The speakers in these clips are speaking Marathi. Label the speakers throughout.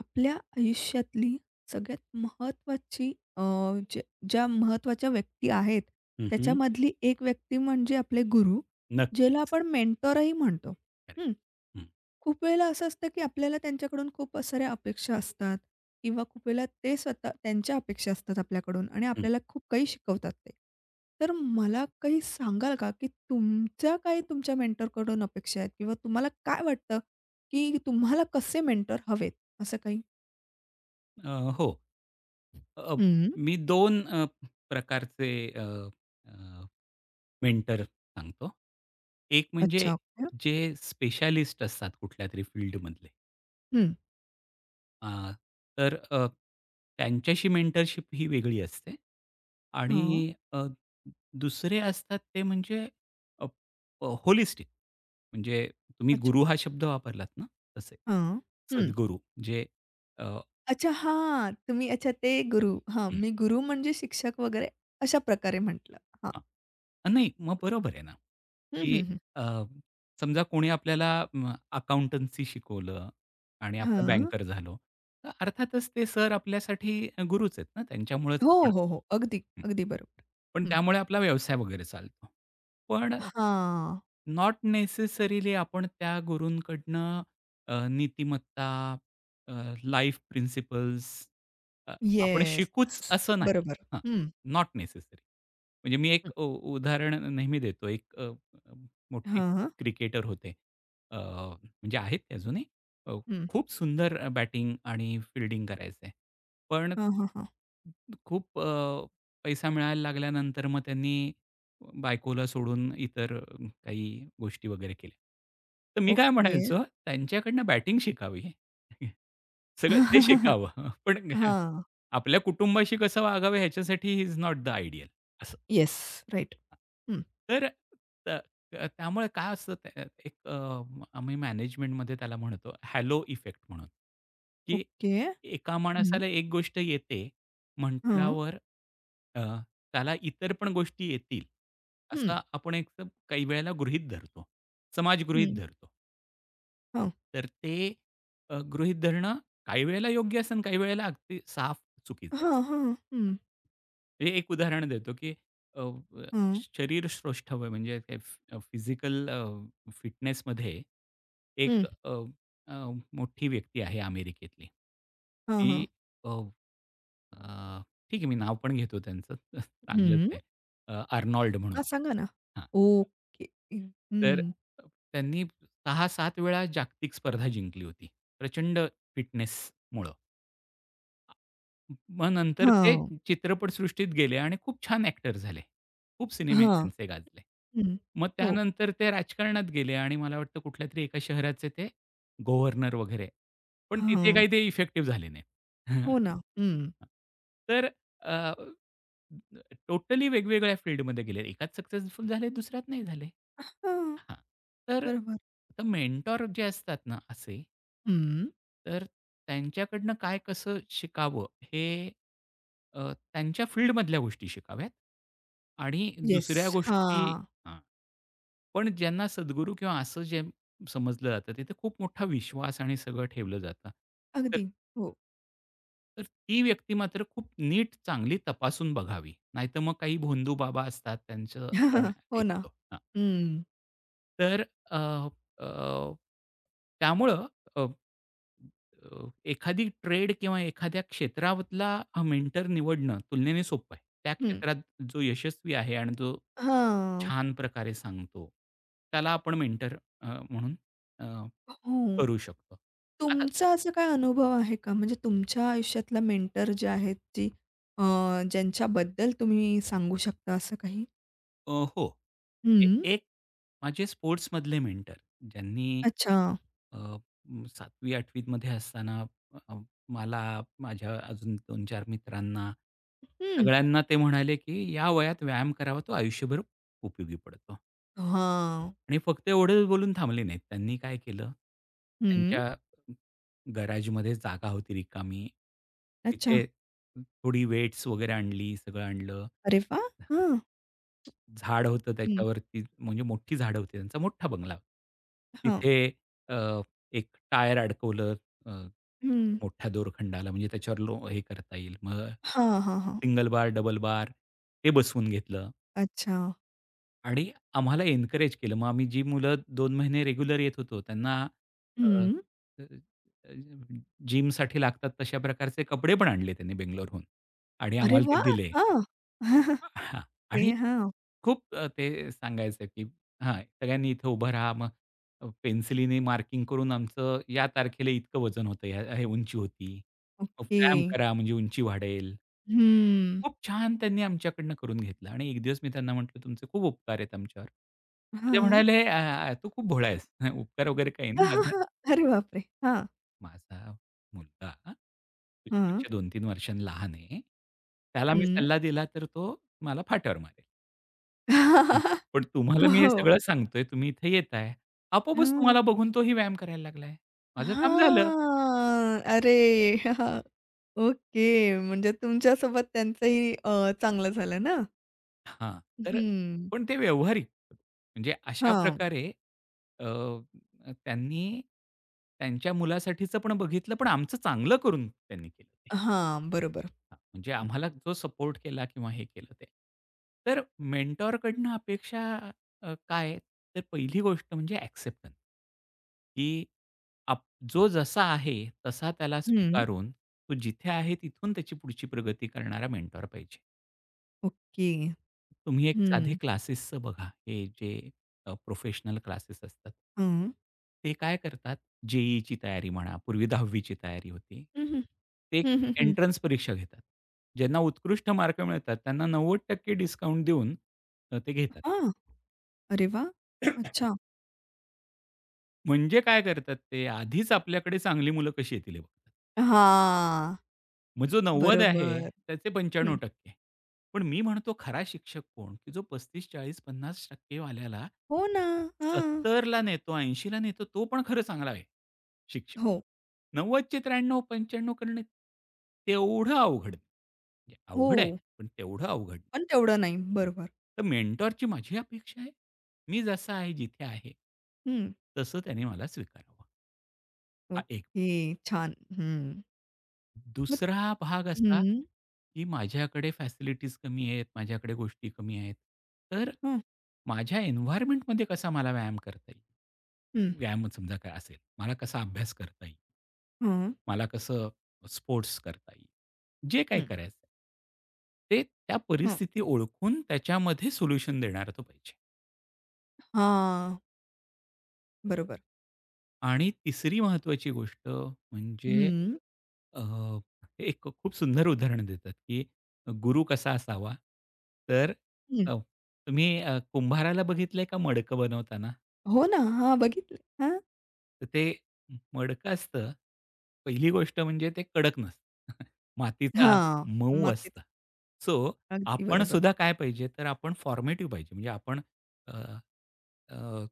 Speaker 1: आपल्या आयुष्यातली सगळ्यात महत्त्वाची ज्या ज्या महत्त्वाच्या व्यक्ती आहेत,
Speaker 2: हं, हं.
Speaker 1: त्याच्यामधली एक व्यक्ती म्हणजे आपले गुरु, ज्याला
Speaker 2: नक्कीच.
Speaker 1: आपण मेंटॉरही म्हणतो.
Speaker 2: करेक्ट.
Speaker 1: हं.
Speaker 2: हं,
Speaker 1: खूप वेळेला असं असतं, की आपल्याला त्यांच्याकडून खूप साऱ्या अपेक्षा असतात किंवा खूप वेळेला ते स्वतः त्यांच्या अपेक्षा असतात आपल्याकडून आणि
Speaker 2: हं.
Speaker 1: आपल्याला खूप काही शिकवतात ते. तर मला काही सांगाल का, की तुमच्या मेंटॉरकडून अपेक्षा आहेत किंवा तुम्हाला काय वाटतं, की तुम्हाला कसे मेंटॉर हवेत असं काही?
Speaker 2: अ, हो. अ,
Speaker 1: हं.
Speaker 2: मी दोन प्रकारचे अ, अ, मेंटर सांगतो. एक म्हणजे
Speaker 1: अच्छा, ओके.
Speaker 2: जे स्पेशालिस्ट असतात कुठल्यातरी फील्डमधले.
Speaker 1: हं.
Speaker 2: अ, तर अ, त्यांच्याशी मेंटरशिप ही वेगळी असते.
Speaker 1: हां.
Speaker 2: आणि दुसरे असतात ते म्हणजे अ, अ, होलिस्टिक म्हणजे तुम्ही
Speaker 1: अच्छा.
Speaker 2: गुरु हा शब्द वापरलात ना तसे.
Speaker 1: हां. हं.
Speaker 2: सद्गुरू जे अ
Speaker 1: अच्छा, हां. तुम्ही अच्छा ते गुरु. हां, मी गुरु म्हणजे शिक्षक वगैरे अशा प्रकारे म्हटलं. हां.
Speaker 2: हां. नाही, मग बरोबर आहे ना,
Speaker 1: हं,
Speaker 2: की
Speaker 1: हं, हं.
Speaker 2: अ, समजा कोणी आपल्याला अकाउंटन्सी शिकवलं आणि आपण
Speaker 1: हां.
Speaker 2: बँकर झालो. तर अर्थातच ते सर आपल्यासाठी गुरुच आहेत ना, त्यांच्यामुळेच
Speaker 1: हो,
Speaker 2: आपण
Speaker 1: हो, हो. अगदी,
Speaker 2: हं.
Speaker 1: अगदी बरोबर.
Speaker 2: पण
Speaker 1: हं.
Speaker 2: त्यामुळे आपला व्यवसाय वगैरे चालतो. पण
Speaker 1: हां.
Speaker 2: नॉट नेसेसरीली आपण त्या गुरूंकडनं नीतिमत्ता, अ, लाईफ प्रिन्सिपल्स आपण
Speaker 1: येस.
Speaker 2: शिकूच असं नाही.
Speaker 1: बरोबर.
Speaker 2: हां,
Speaker 1: हं,
Speaker 2: नॉट नेसेसरी. म्हणजे मी एक
Speaker 1: हं.
Speaker 2: उदाहरण नेहमी देतो. एक अ, अ, मोठे
Speaker 1: हां.
Speaker 2: क्रिकेटर होते. म्हणजे आहेत ते अजूनही. अ,
Speaker 1: हं.
Speaker 2: खूप सुंदर बॅटिंग आणि फील्डिंग करायचे. पण
Speaker 1: हां, हां, हां.
Speaker 2: खूप पैसा मिळायला लागल्यानंतर मग त्यांनी बायकोला सोडून इतर काही गोष्टी वगैरे केल्या. तर मी काय
Speaker 1: ओके.
Speaker 2: म्हणायचो, त्यांच्याकडनं बॅटिंग शिकावी. सगळं ते शिकावं. पण
Speaker 1: हां.
Speaker 2: आपल्या कुटुंबाशी कसं वागावं ह्याच्यासाठी ही not the ideal
Speaker 1: yes. Right.
Speaker 2: हां.
Speaker 1: हं.
Speaker 2: तर त त्यामुळे काय असतं त्या एक आम्ही मॅनेजमेंटमध्ये त्याला म्हणतो हॅलो इफेक्ट म्हणून, की
Speaker 1: ओके.
Speaker 2: एका
Speaker 1: हं.
Speaker 2: माणसाला एक गोष्ट येते
Speaker 1: हां.
Speaker 2: म्हटल्यावर अ, त्याला इतर पण गोष्टी येतील,
Speaker 1: हं,
Speaker 2: असं आपण एक काही वेळेला गृहीत धरतो. समाज गृहीत
Speaker 1: हं.
Speaker 2: धरतो.
Speaker 1: हां.
Speaker 2: तर ते गृहीत धरणं काही वेळेला योग्य असतं आणि काही वेळेला अगदी साफ चुकीचं
Speaker 1: हां,
Speaker 2: असतं.
Speaker 1: हां. हं,
Speaker 2: हे एक उदाहरण देतो, की अ, अ,
Speaker 1: हं.
Speaker 2: शरीर श्रोष्ठवय म्हणजे काय फिजिकल फिटनेसमध्ये
Speaker 1: हं.
Speaker 2: एक अ, अ, मोठी व्यक्ती आहे अमेरिकेतली.
Speaker 1: हां,
Speaker 2: ती
Speaker 1: हां.
Speaker 2: अ, अ, ठीक आहे मी नाव पण घेतो त्यांचं चांगलंच
Speaker 1: हं.
Speaker 2: आहे. आर्नोल्ड म्हणून.
Speaker 1: हां, सांगा ना. ओके.
Speaker 2: तर
Speaker 1: हं.
Speaker 2: अ, त्यांनी 6-7 वेळा जागतिक स्पर्धा जिंकली होती. प्रचंड फिटनेसमुळं. मग नंतर ते
Speaker 1: हां,
Speaker 2: चित्रपटसृष्टीत गेले आणि खूप छान ॲक्टर झाले. खूप सिनेमे
Speaker 1: हां.
Speaker 2: त्यांचे गाजले.
Speaker 1: हं.
Speaker 2: मग
Speaker 1: हो,
Speaker 2: त्यानंतर ते राजकारणात गेले आणि मला वाटतं कुठल्यातरी एका शहराचे ते गव्हर्नर वगैरे. पण तिथे
Speaker 1: हां.
Speaker 2: काही ते इफेक्टिव्ह झाले नाही.
Speaker 1: हो ना. हं.
Speaker 2: तर अ, टोटली वेगवेगळ्या फील्डमध्ये गेले. एकात सक्सेसफुल झाले, दुसऱ्यात नाही झाले.
Speaker 1: हां,
Speaker 2: हां. तर
Speaker 1: बरोबर.
Speaker 2: आता मेंटॉर जे असतात ना असे
Speaker 1: हं.
Speaker 2: तर त्यांच्याकडनं काय कसं शिकावं हे त्यांच्या फील्डमधल्या गोष्टी शिकाव्यात आणि
Speaker 1: येस.
Speaker 2: दुसऱ्या गोष्टी
Speaker 1: हां,
Speaker 2: हां, पण ज्यांना सद्गुरू किंवा असं जे समजलं जातं तिथे खूप मोठा विश्वास आणि सगळं ठेवलं जातं. तर
Speaker 1: अगदी. हो.
Speaker 2: तर ती व्यक्ती मात्र खूप नीट चांगली तपासून बघावी. नाहीतर मग काही भोंदू बाबा असतात त्यांचं आपण
Speaker 1: हो ना.
Speaker 2: ऐकतो.
Speaker 1: हं.
Speaker 2: तर अ, अ, त्यामुळं अ, अ, एखादी ट्रेड किंवा एखाद्या क्षेत्रातला हा मेंटर निवडणं तुलनेने सोपं आहे. त्या
Speaker 1: हं.
Speaker 2: क्षेत्रात जो यशस्वी आहे आणि जो
Speaker 1: हां.
Speaker 2: छान प्रकारे सांगतो, त्याला आपण मेंटर म्हणून अ,
Speaker 1: हो.
Speaker 2: करू शकतो. आता
Speaker 1: तुमचा असा काय अनुभव आहे का? म्हणजे तुमच्या आयुष्यातला मेंटर जे आहेत, जी अ, ज्यांच्याबद्दल तुम्ही सांगू शकता असं काही?
Speaker 2: हो. ए
Speaker 1: हं.
Speaker 2: एक माझे स्पोर्ट्समधले मेंटर ज्यांनी
Speaker 1: अच्छा.
Speaker 2: अ, 7वी-8वीत मध्ये असताना अ, मला, माझ्या अजून 2-4 मित्रांना,
Speaker 1: हं.
Speaker 2: सगळ्यांना ते म्हणाले, की "या वयात व्यायाम करावा, तो आयुष्यभर उपयोगी पडतो."
Speaker 1: हां.
Speaker 2: आणि फक्त एवढंच बोलून थांबले नाहीत. त्यांनी काय केलं,
Speaker 1: हं.
Speaker 2: त्यांच्या गॅरेजमध्ये जागा होती रिकामी.
Speaker 1: अच्छा.
Speaker 2: तिथे थोडी वेट्स वगैरे आणली, सगळं आणलं.
Speaker 1: अरे वाह! हां.
Speaker 2: झाड होतं
Speaker 1: हं.
Speaker 2: त्याच्यावरती म्हणजे मोठी झाडं होती, त्यांचा मोठा बंगला होता.
Speaker 1: हां.
Speaker 2: तिथे अ, एक टायर अडकवलं अ,
Speaker 1: हं.
Speaker 2: मोठ्या दोरखंडाला म्हणजे त्याच्यावर लो हे करता येईल. मग
Speaker 1: हां, हां, हां.
Speaker 2: सिंगल बार, डबल बार ते बसवून घेतलं
Speaker 1: अच्छा.
Speaker 2: आणि आम्हाला एन्करेज केलं. मग आम्ही जी मुलं 2 महिने रेग्युलर येत होतो त्यांना अ,
Speaker 1: हं.
Speaker 2: अ, अ, जिमसाठी लागतात तशा प्रकारचे कपडे पण आणले त्यांनी बेंगलोरहून आणि
Speaker 1: अरे
Speaker 2: आम्हाला ते
Speaker 1: वाह!
Speaker 2: दिले.
Speaker 1: हां.
Speaker 2: हां
Speaker 1: हे
Speaker 2: आणि
Speaker 1: हां.
Speaker 2: खूप ते सांगायचं की हां, सगळ्यांनी इथं उभं राहा. मग पेन्सिलीने मार्किंग करून आमचं या तारखेला इतकं वजन होतं, ह्या हे उंची होती. मग
Speaker 1: ओके.
Speaker 2: व्यायाम करा म्हणजे उंची वाढेल.
Speaker 1: हं.
Speaker 2: खूप छान त्यांनी आमच्याकडनं करून घेतलं आणि एक दिवस मी त्यांना म्हटलं, "तुमचे खूप उपकार आहेत आमच्यावर." तर ते
Speaker 1: हां.
Speaker 2: म्हणाले, " तू खूप भोळा आहेस. उपकार वगैरे काही नाही.
Speaker 1: अरे बापरे! हां.
Speaker 2: माझा मुलगा
Speaker 1: हां.
Speaker 2: तुझ्यापेक्षा 2-3 वर्षांनी लहान आहे. त्याला मी
Speaker 1: हं.
Speaker 2: सल्ला दिला तर तो मला फाट्यावर मारेल. हं. पण तुम्हाला मी हे
Speaker 1: हो.
Speaker 2: सगळं सांगतोय, तुम्ही इथे येताय. आपोआपच
Speaker 1: हां.
Speaker 2: तुम्हाला बघून तोही व्यायाम करायला लागलाय. माझं काम झालं.
Speaker 1: हां. अरे! ओके. म्हणजे तुमच्यासोबत त्यांचंही चांगलं झालं ना?
Speaker 2: हां, तर
Speaker 1: हं.
Speaker 2: पण ते व्यावहारिक. म्हणजे अशा
Speaker 1: हां.
Speaker 2: प्रकारे अ, त्यांनी त्यांच्या मुलासाठीचं पण बघितलं, पण आमचं चांगलं करून त्यांनी केलं.
Speaker 1: हां. बरोबर.
Speaker 2: हां, म्हणजे आम्हाला जो सपोर्ट केला किंवा हे केलं ते. तर मेंटॉरकडनं अपेक्षा काय? तर पहिली गोष्ट म्हणजे ॲक्सेप्टन्स, की आप जो जसा आहे तसा त्याला
Speaker 1: हं.
Speaker 2: स्वीकारून, तो जिथे आहे तिथून त्याची पुढची प्रगती करणारा मेंटॉर पाहिजे.
Speaker 1: ओके.
Speaker 2: तुम्ही एक साधे
Speaker 1: हं.
Speaker 2: क्लासेसचं बघा, हे जे प्रोफेशनल क्लासेस असतात.
Speaker 1: हं.
Speaker 2: ते काय करतात, जे-ई-ईची तयारी म्हणा, पूर्वी 10वी ची तयारी होती.
Speaker 1: हं, हं.
Speaker 2: ते एक
Speaker 1: हं, हं, हं.
Speaker 2: एंट्रन्स परीक्षा घेतात. ज्यांना उत्कृष्ट मार्क मिळतात, त्यांना 90% डिस्काउंट देऊन ते घेतात.
Speaker 1: हां. अरे वाह! अच्छा.
Speaker 2: म्हणजे काय करतात ते, आधीच आपल्याकडे चांगली मुलं कशी येतील हे बघतात.
Speaker 1: हां.
Speaker 2: मग जो 90 आहे,
Speaker 1: बरोबर.
Speaker 2: त्याचे
Speaker 1: हं.
Speaker 2: 95% पण मी म्हणतो खरा शिक्षक कोण, की जो 35, 40, 50% वाल्याला
Speaker 1: हो ना. हां.
Speaker 2: 70ला नेतो, 80ला नेतो, तो पण खरं चांगला आहे शिक्षक.
Speaker 1: हो.
Speaker 2: 90चे 93-95 करणं तेवढं अवघड नाही. म्हणजे
Speaker 1: हो.
Speaker 2: अवघड आहे, पण तेवढं अवघड नाही.
Speaker 1: पण तेवढं नाही.
Speaker 2: हं.
Speaker 1: बरोबर.
Speaker 2: तर मेंटॉरची माझी अपेक्षा आहे, मी जसा आहे, जिथे आहे,
Speaker 1: हं.
Speaker 2: तसं त्याने मला स्वीकारावं. हा एक
Speaker 1: ओके. छान. हं. मग
Speaker 2: दुसरा भाग असा,
Speaker 1: हं.
Speaker 2: की माझ्याकडे फॅसिलिटीज कमी आहेत, माझ्याकडे गोष्टी कमी आहेत. तर
Speaker 1: हं.
Speaker 2: माझ्या एन्व्हायर्नमेंटमध्ये कसा मला व्यायाम करता येईल?
Speaker 1: हं.
Speaker 2: व्यायामच समजा काय असेल. मला कसा अभ्यास करता येईल?
Speaker 1: हं.
Speaker 2: मला कसं स्पोर्ट्स करता येईल? जे काही
Speaker 1: हं.
Speaker 2: करायचं आहे. ते त्या
Speaker 1: हं.
Speaker 2: परिस्थिती ओळखून त्याच्यामध्ये सोल्युशन देणारा तो पाहिजे.
Speaker 1: हां. बरोबर.
Speaker 2: आणि तिसरी महत्त्वाची गोष्ट म्हणजे
Speaker 1: हं.
Speaker 2: अ, एक खूप सुंदर उदाहरण देतात, की गुरु कसा असावा? तर
Speaker 1: हं.
Speaker 2: अ, तुम्ही कुंभाराला बघितलंय का मडकं बनवताना?
Speaker 1: हो ना. हां, बघितलं. हां.
Speaker 2: तर ते मडकं असतं, पहिली गोष्ट म्हणजे ते कडक नसतं. मातीचा
Speaker 1: हां.
Speaker 2: मऊ
Speaker 1: मग तेच.
Speaker 2: असतं. सो
Speaker 1: अगदी
Speaker 2: आपण
Speaker 1: बरोबर.
Speaker 2: सुद्धा काय पाहिजे, तर आपण फॉर्मेटिव्ह पाहिजे. म्हणजे आपण अ, अ,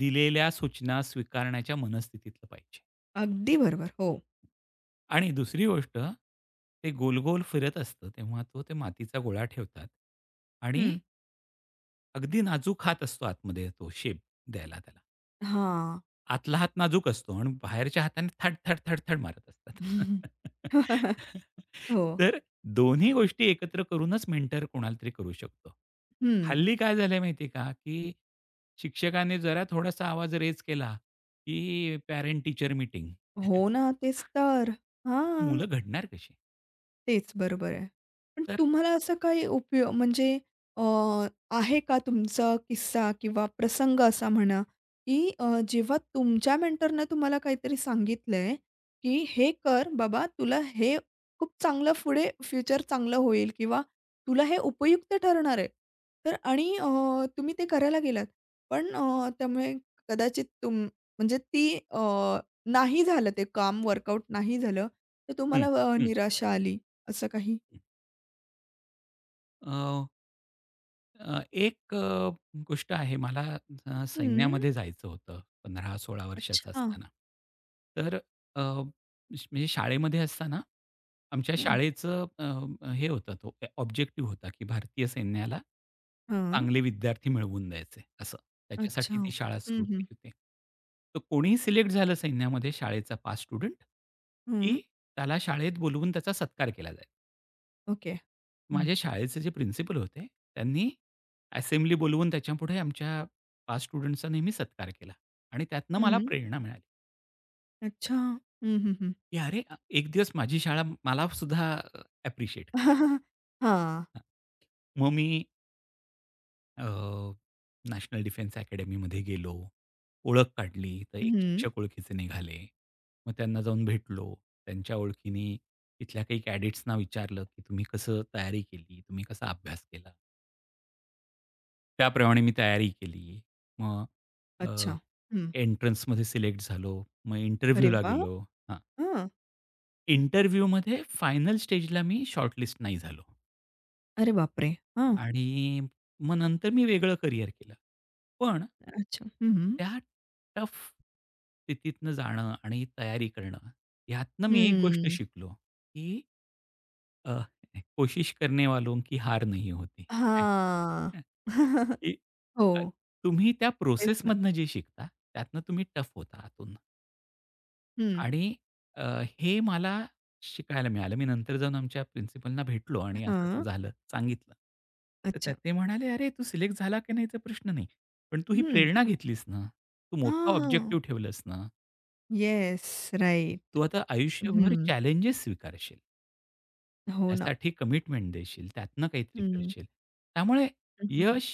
Speaker 2: दिलेल्या सूचना स्वीकारण्याच्या मनस्थितीतलं पाहिजे.
Speaker 1: अगदी बरोबर. हो.
Speaker 2: आणि दुसरी गोष्ट, ते गोल-गोल फिरत असतं, तेव्हा तो ते मातीचा गोळा ठेवतात आणि
Speaker 1: हं.
Speaker 2: अगदी नाजूक हात असतो आतमध्ये तो शेप द्यायला त्याला.
Speaker 1: हां.
Speaker 2: आतला हात नाजूक असतो आणि बाहेरच्या हाताने थड, थड, थड, थड मारत असतात.
Speaker 1: हो.
Speaker 2: तर दोन्ही गोष्टी एकत्र करूनच मेंटर कोणाला तरी करू शकतो.
Speaker 1: हं.
Speaker 2: हल्ली काय झालंय माहिती का, की शिक्षकाने जरा थोडासा आवाज रेज केला, की पॅरेंट टीचर मीटिंग.
Speaker 1: हो ना, तेच तर. हां.
Speaker 2: मुलं घडणार कशी?
Speaker 1: तेच, बरोबर आहे. पण
Speaker 2: तर
Speaker 1: तुम्हाला असं काही उपयो म्हणजे अ, आहे का तुमचा किस्सा किंवा प्रसंग असा म्हणा, की जेव्हा तुमच्या मेंटरनं तुम्हाला काहीतरी सांगितलंय, की "हे कर बाबा, तुला हे खूप चांगलं पुढे फ्युचर चांगलं होईल किंवा तुला हे उपयुक्त ठरणार आहे." तर आणि तुम्ही ते करायला गेलात. पण त्यामुळे कदाचित तुम म्हणजे नाही झालं ते काम वर्कआउट नाही झालं, तर
Speaker 2: हं,
Speaker 1: तुम्हाला
Speaker 2: हं.
Speaker 1: निराशा आली. असं काही?
Speaker 2: अ, अ, एक गोष्ट आहे मला
Speaker 1: हं.
Speaker 2: सैन्यामध्ये जायचं होतं 15-16 वर्षाचा
Speaker 1: अच्छा.
Speaker 2: असताना. तर म्हणजे शाळेमध्ये असताना आमच्या
Speaker 1: हं.
Speaker 2: शाळेचं हे होतं तो ऑब्जेक्टिव्ह होता, की भारतीय सैन्याला
Speaker 1: हां.
Speaker 2: चांगले विद्यार्थी मिळवून द्यायचे असं.
Speaker 1: अच्छा.
Speaker 2: त्याच्यासाठी ती शाळा
Speaker 1: हं,
Speaker 2: सुरू
Speaker 1: हं.
Speaker 2: केली होती. तर कोणीही सिलेक्ट झालं सैन्यामध्ये शाळेचा पास स्टुडंट,
Speaker 1: हं.
Speaker 2: की त्याला शाळेत बोलवून त्याचा सत्कार केला जायचा.
Speaker 1: ओके. हं.
Speaker 2: माझ्या शाळेचे जे प्रिन्सिपल होते, त्यांनी असेंब्ली बोलवून त्याच्यापुढे आमच्या 5 स्टुडंट्सचा नेहमी सत्कार केला आणि त्यातनं
Speaker 1: हं,
Speaker 2: मला
Speaker 1: हं.
Speaker 2: प्रेरणा मिळाली,
Speaker 1: अच्छा. हं, हं, हं.
Speaker 2: की "अरे, एक दिवस माझी शाळा मला सुद्धा ॲप्रिशिएट
Speaker 1: हां.
Speaker 2: मग मी अ, नॅशनल डिफेन्स अकॅडमीमध्ये गेलो, ओळख काढली, तर एक
Speaker 1: हं.
Speaker 2: शिक्षक ओळखीचे निघाले. मग त्यांना जाऊन भेटलो. त्यांच्या ओळखीने तिथल्या काही कॅडेट्सना विचारलं, की "तुम्ही कसं तयारी केली? तुम्ही कसा अभ्यास केला?" त्याप्रमाणे मी तयारी केली. मग अ,
Speaker 1: अच्छा. हं.
Speaker 2: एंट्रन्समध्ये सिलेक्ट झालो. मग
Speaker 1: अरे
Speaker 2: इंटरव्ह्यूला
Speaker 1: वाह!
Speaker 2: गेलो. हां,
Speaker 1: हां.
Speaker 2: इंटरव्ह्यूमध्ये फायनल स्टेजला मी शॉर्टलिस्ट नाही झालो
Speaker 1: अरे बापरे! हां.
Speaker 2: आणि मग नंतर मी वेगळं करियर केलं. पण
Speaker 1: अच्छा. हं, हं.
Speaker 2: त्या टफ स्थितीतनं जाणं आणि तयारी करणं, ह्यातनं मी एक गोष्ट
Speaker 1: हं.
Speaker 2: शिकलो, की अ, कोशिश करने वालों की हार नहीं होती.
Speaker 1: हां.
Speaker 2: की अ,
Speaker 1: हो.
Speaker 2: तुम्ही त्या
Speaker 1: तेच ना.
Speaker 2: प्रोसेसमधनं जे शिकता, त्यातनं तुम्ही टफ होता आतून
Speaker 1: हं.
Speaker 2: आणि अ, हे मला शिकायला मिळालं. मी नंतर जाऊन आमच्या प्रिन्सिपलना भेटलो आणि असं-असं
Speaker 1: हां.
Speaker 2: झालं, सांगितलं. तर त्यात
Speaker 1: अच्छा.
Speaker 2: ते म्हणाले, "अरे, तू सिलेक्ट झाला की नाहीचा प्रश्न नाही. पण तू ही
Speaker 1: हं.
Speaker 2: प्रेरणा घेतलीस ना, तू मोठा
Speaker 1: हां, हां.
Speaker 2: ऑब्जेक्टिव्ह ठेवलंस ना,
Speaker 1: येस. राइट.
Speaker 2: तू आता आयुष्यभर
Speaker 1: हं.
Speaker 2: चॅलेंजेस स्वीकारशील."
Speaker 1: हो ना.
Speaker 2: त्यासाठी कमिटमेंट देशील, त्यातनं काहीतरी
Speaker 1: हं.
Speaker 2: करशील. त्यामुळे
Speaker 1: हं, हं, हं.
Speaker 2: यश,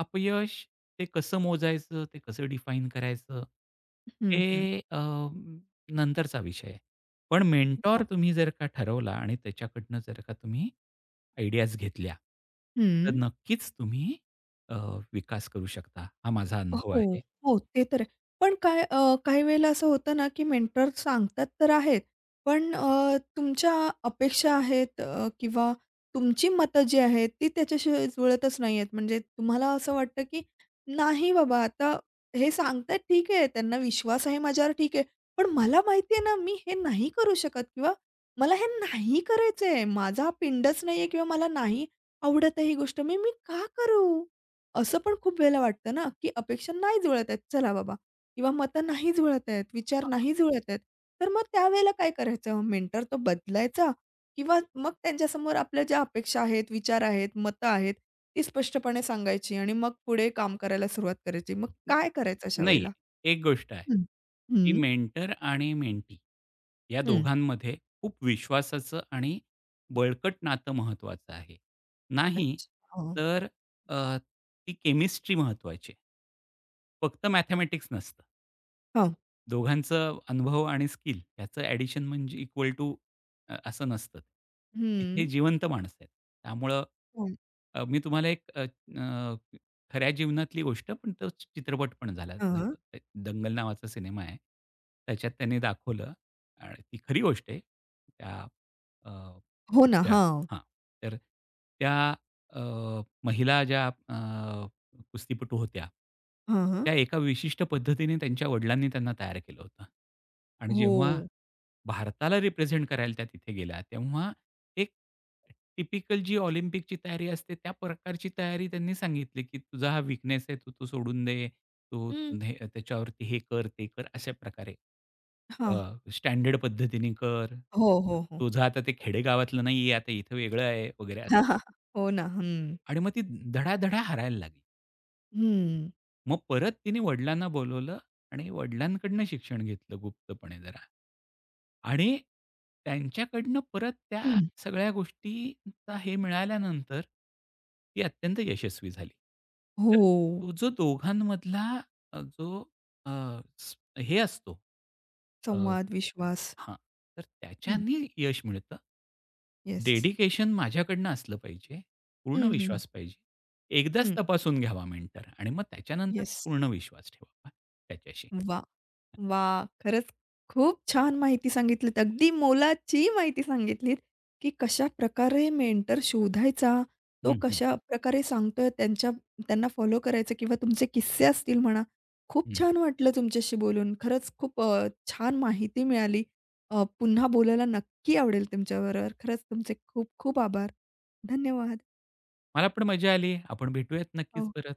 Speaker 2: अपयश ते कसं मोजायचं, ते कसं डिफाईन करायचं,
Speaker 1: हं, हं.
Speaker 2: हे नंतरचा विषय आहे. पण मेंटॉर
Speaker 1: हो.
Speaker 2: तुम्ही जर का ठरवला आणि त्याच्याकडनं जर का तुम्ही आयडियाज घेतल्या, तर
Speaker 1: हं.
Speaker 2: नक्कीच तुम्ही अ, विकास करू शकता. हा माझा अनुभव
Speaker 1: हो,
Speaker 2: आहे.
Speaker 1: हो. ते तर आहे. पण काय काही वेळेला असं होतं ना, की मेंटर सांगतात तर आहेत, पण तुमच्या अपेक्षा आहेत किंवा तुमची मतं जी आहेत, ती त्याच्याशी जुळतच नाही आहेत. म्हणजे तुम्हाला असं वाटतं, की नाही बाबा, आता हे सांगतायत ठीक आहे, त्यांना विश्वास आहे माझ्यावर ठीक आहे. पण मला माहिती आहे ना, मी हे नाही करू शकत किंवा मला हे नाही करायचंय. माझा हा पिंडच नाहीये किंवा मला नाही आवडत ही गोष्ट. मी मी का करू? असं पण खूप वेळेला वाटतं ना, की अपेक्षा नाही जुळत आहेत, चला बाबा किंवा मतं नाही जुळत आहेत, विचार नाही जुळत आहेत. तर मग त्यावेळेला काय करायचं? मेंटर तो बदलायचा किंवा मग त्यांच्यासमोर आपल्या ज्या अपेक्षा आहेत, विचार आहेत, मतं आहेत, ती स्पष्टपणे सांगायची आणि मग पुढे काम करायला सुरुवात करायची. मग काय करायचं अशा
Speaker 2: नाही,
Speaker 1: वेळेला?
Speaker 2: एक गोष्ट आहे,
Speaker 1: हं.
Speaker 2: की
Speaker 1: हं,
Speaker 2: मेंटर आणि मेंटी या
Speaker 1: हं.
Speaker 2: दोघांमध्ये खूप विश्वासाचं आणि बळकट नातं महत्त्वाचं आहे. नाही
Speaker 1: अच्छा. हो.
Speaker 2: तर अ, ती केमिस्ट्री महत्त्वाची आहे. फक्त मॅथेमॅटिक्स नसतं.
Speaker 1: हां.
Speaker 2: दोघांचं अनुभव आणि स्किल याचं ॲडिशन म्हणजे इक्वल टू असं नसतं. इथे
Speaker 1: हं.
Speaker 2: जिवंत माणसं आहेत. त्यामुळं
Speaker 1: हं.
Speaker 2: मी तुम्हाला एक अ, अ, खऱ्या जीवनातली गोष्ट पण तो चित्रपट पण झाला.
Speaker 1: हां.
Speaker 2: द- दंगल नावाचा सिनेमा आहे. त्याच्यात त्यांनी दाखवलं आणि ती खरी गोष्ट आहे. त्या
Speaker 1: हो ना.
Speaker 2: 4
Speaker 1: हां.
Speaker 2: हां. तर त्या अ, महिला ज्या कुस्तीपटू होत्या,
Speaker 1: हां, हां.
Speaker 2: त्या एका विशिष्ट पद्धतीने त्यांच्या वडिलांनी त्यांना तयार केलं होतं. आणि
Speaker 1: हो.
Speaker 2: जेव्हा भारताला रिप्रेझेंट करायला त्या तिथे गेल्या, तेव्हा एक टिपिकल जी ऑलिम्पिकची तयारी असते, त्या प्रकारची तयारी त्यांनी सांगितली, की "तुझा हा वीकनेस आहे, तू तो सोडून दे. तू
Speaker 1: हं.
Speaker 2: हे त्याच्यावरती हे कर, ते कर." अशा प्रकारे.
Speaker 1: हां.
Speaker 2: स्टँडर्ड पद्धतीने कर.
Speaker 1: हो, हो, हो.
Speaker 2: तुझं आता ते खेडेगावातलं नाहीये, आता इथं वेगळं आहे वगैरे असं.
Speaker 1: हो ना. हं.
Speaker 2: आणि मग ती धडाधडा हरायला लागली.
Speaker 1: हं.
Speaker 2: मग परत तिने वडिलांना बोलवलं आणि वडिलांकडनं शिक्षण घेतलं गुप्तपणे जरा. आणि त्यांच्याकडनं परत त्या
Speaker 1: हं.
Speaker 2: सगळ्या गोष्टींचा हे मिळाल्यानंतर, ती अत्यंत यशस्वी झाली. तर
Speaker 1: हो.
Speaker 2: तो जो दोघांमधला अ, जो अ, स हे असतो अ,
Speaker 1: संवाद, विश्वास.
Speaker 2: हां, तर
Speaker 1: हं.
Speaker 2: त्याच्यानी यश मिळतं.
Speaker 1: येस.
Speaker 2: डेडिकेशन माझ्याकडनं असलं पाहिजे, पूर्ण
Speaker 1: हं, हं.
Speaker 2: विश्वास पाहिजे. एकदाच
Speaker 1: हं.
Speaker 2: तपासून घ्यावा मेंटर आणि मग त्याच्यानंतर
Speaker 1: येस.
Speaker 2: पूर्ण विश्वास ठेवावा त्याच्याशी.
Speaker 1: वाह! वा खरंच खूप छान माहिती सांगितलीत. अगदी मोलाची माहिती सांगितलीत, की कशा प्रकारे मेंटर शोधायचा, तो
Speaker 2: हं, हं,
Speaker 1: कशाप्रकारे सांगतोय त्यांच्या त्यांना फॉलो करायचं किंवा तुमचे किस्से असतील म्हणा. खूप
Speaker 2: हं.
Speaker 1: छान वाटलं तुमच्याशी बोलून. खरंच खूप छान माहिती मिळाली. पुन्हा बोलायला नक्की आवडेल तुमच्याबरोबर. खरंच तुमचे खूप खूप आभार. धन्यवाद.
Speaker 2: मला पण मजा आली. आपण भेटूयात नक्कीच
Speaker 1: हो.
Speaker 2: परत.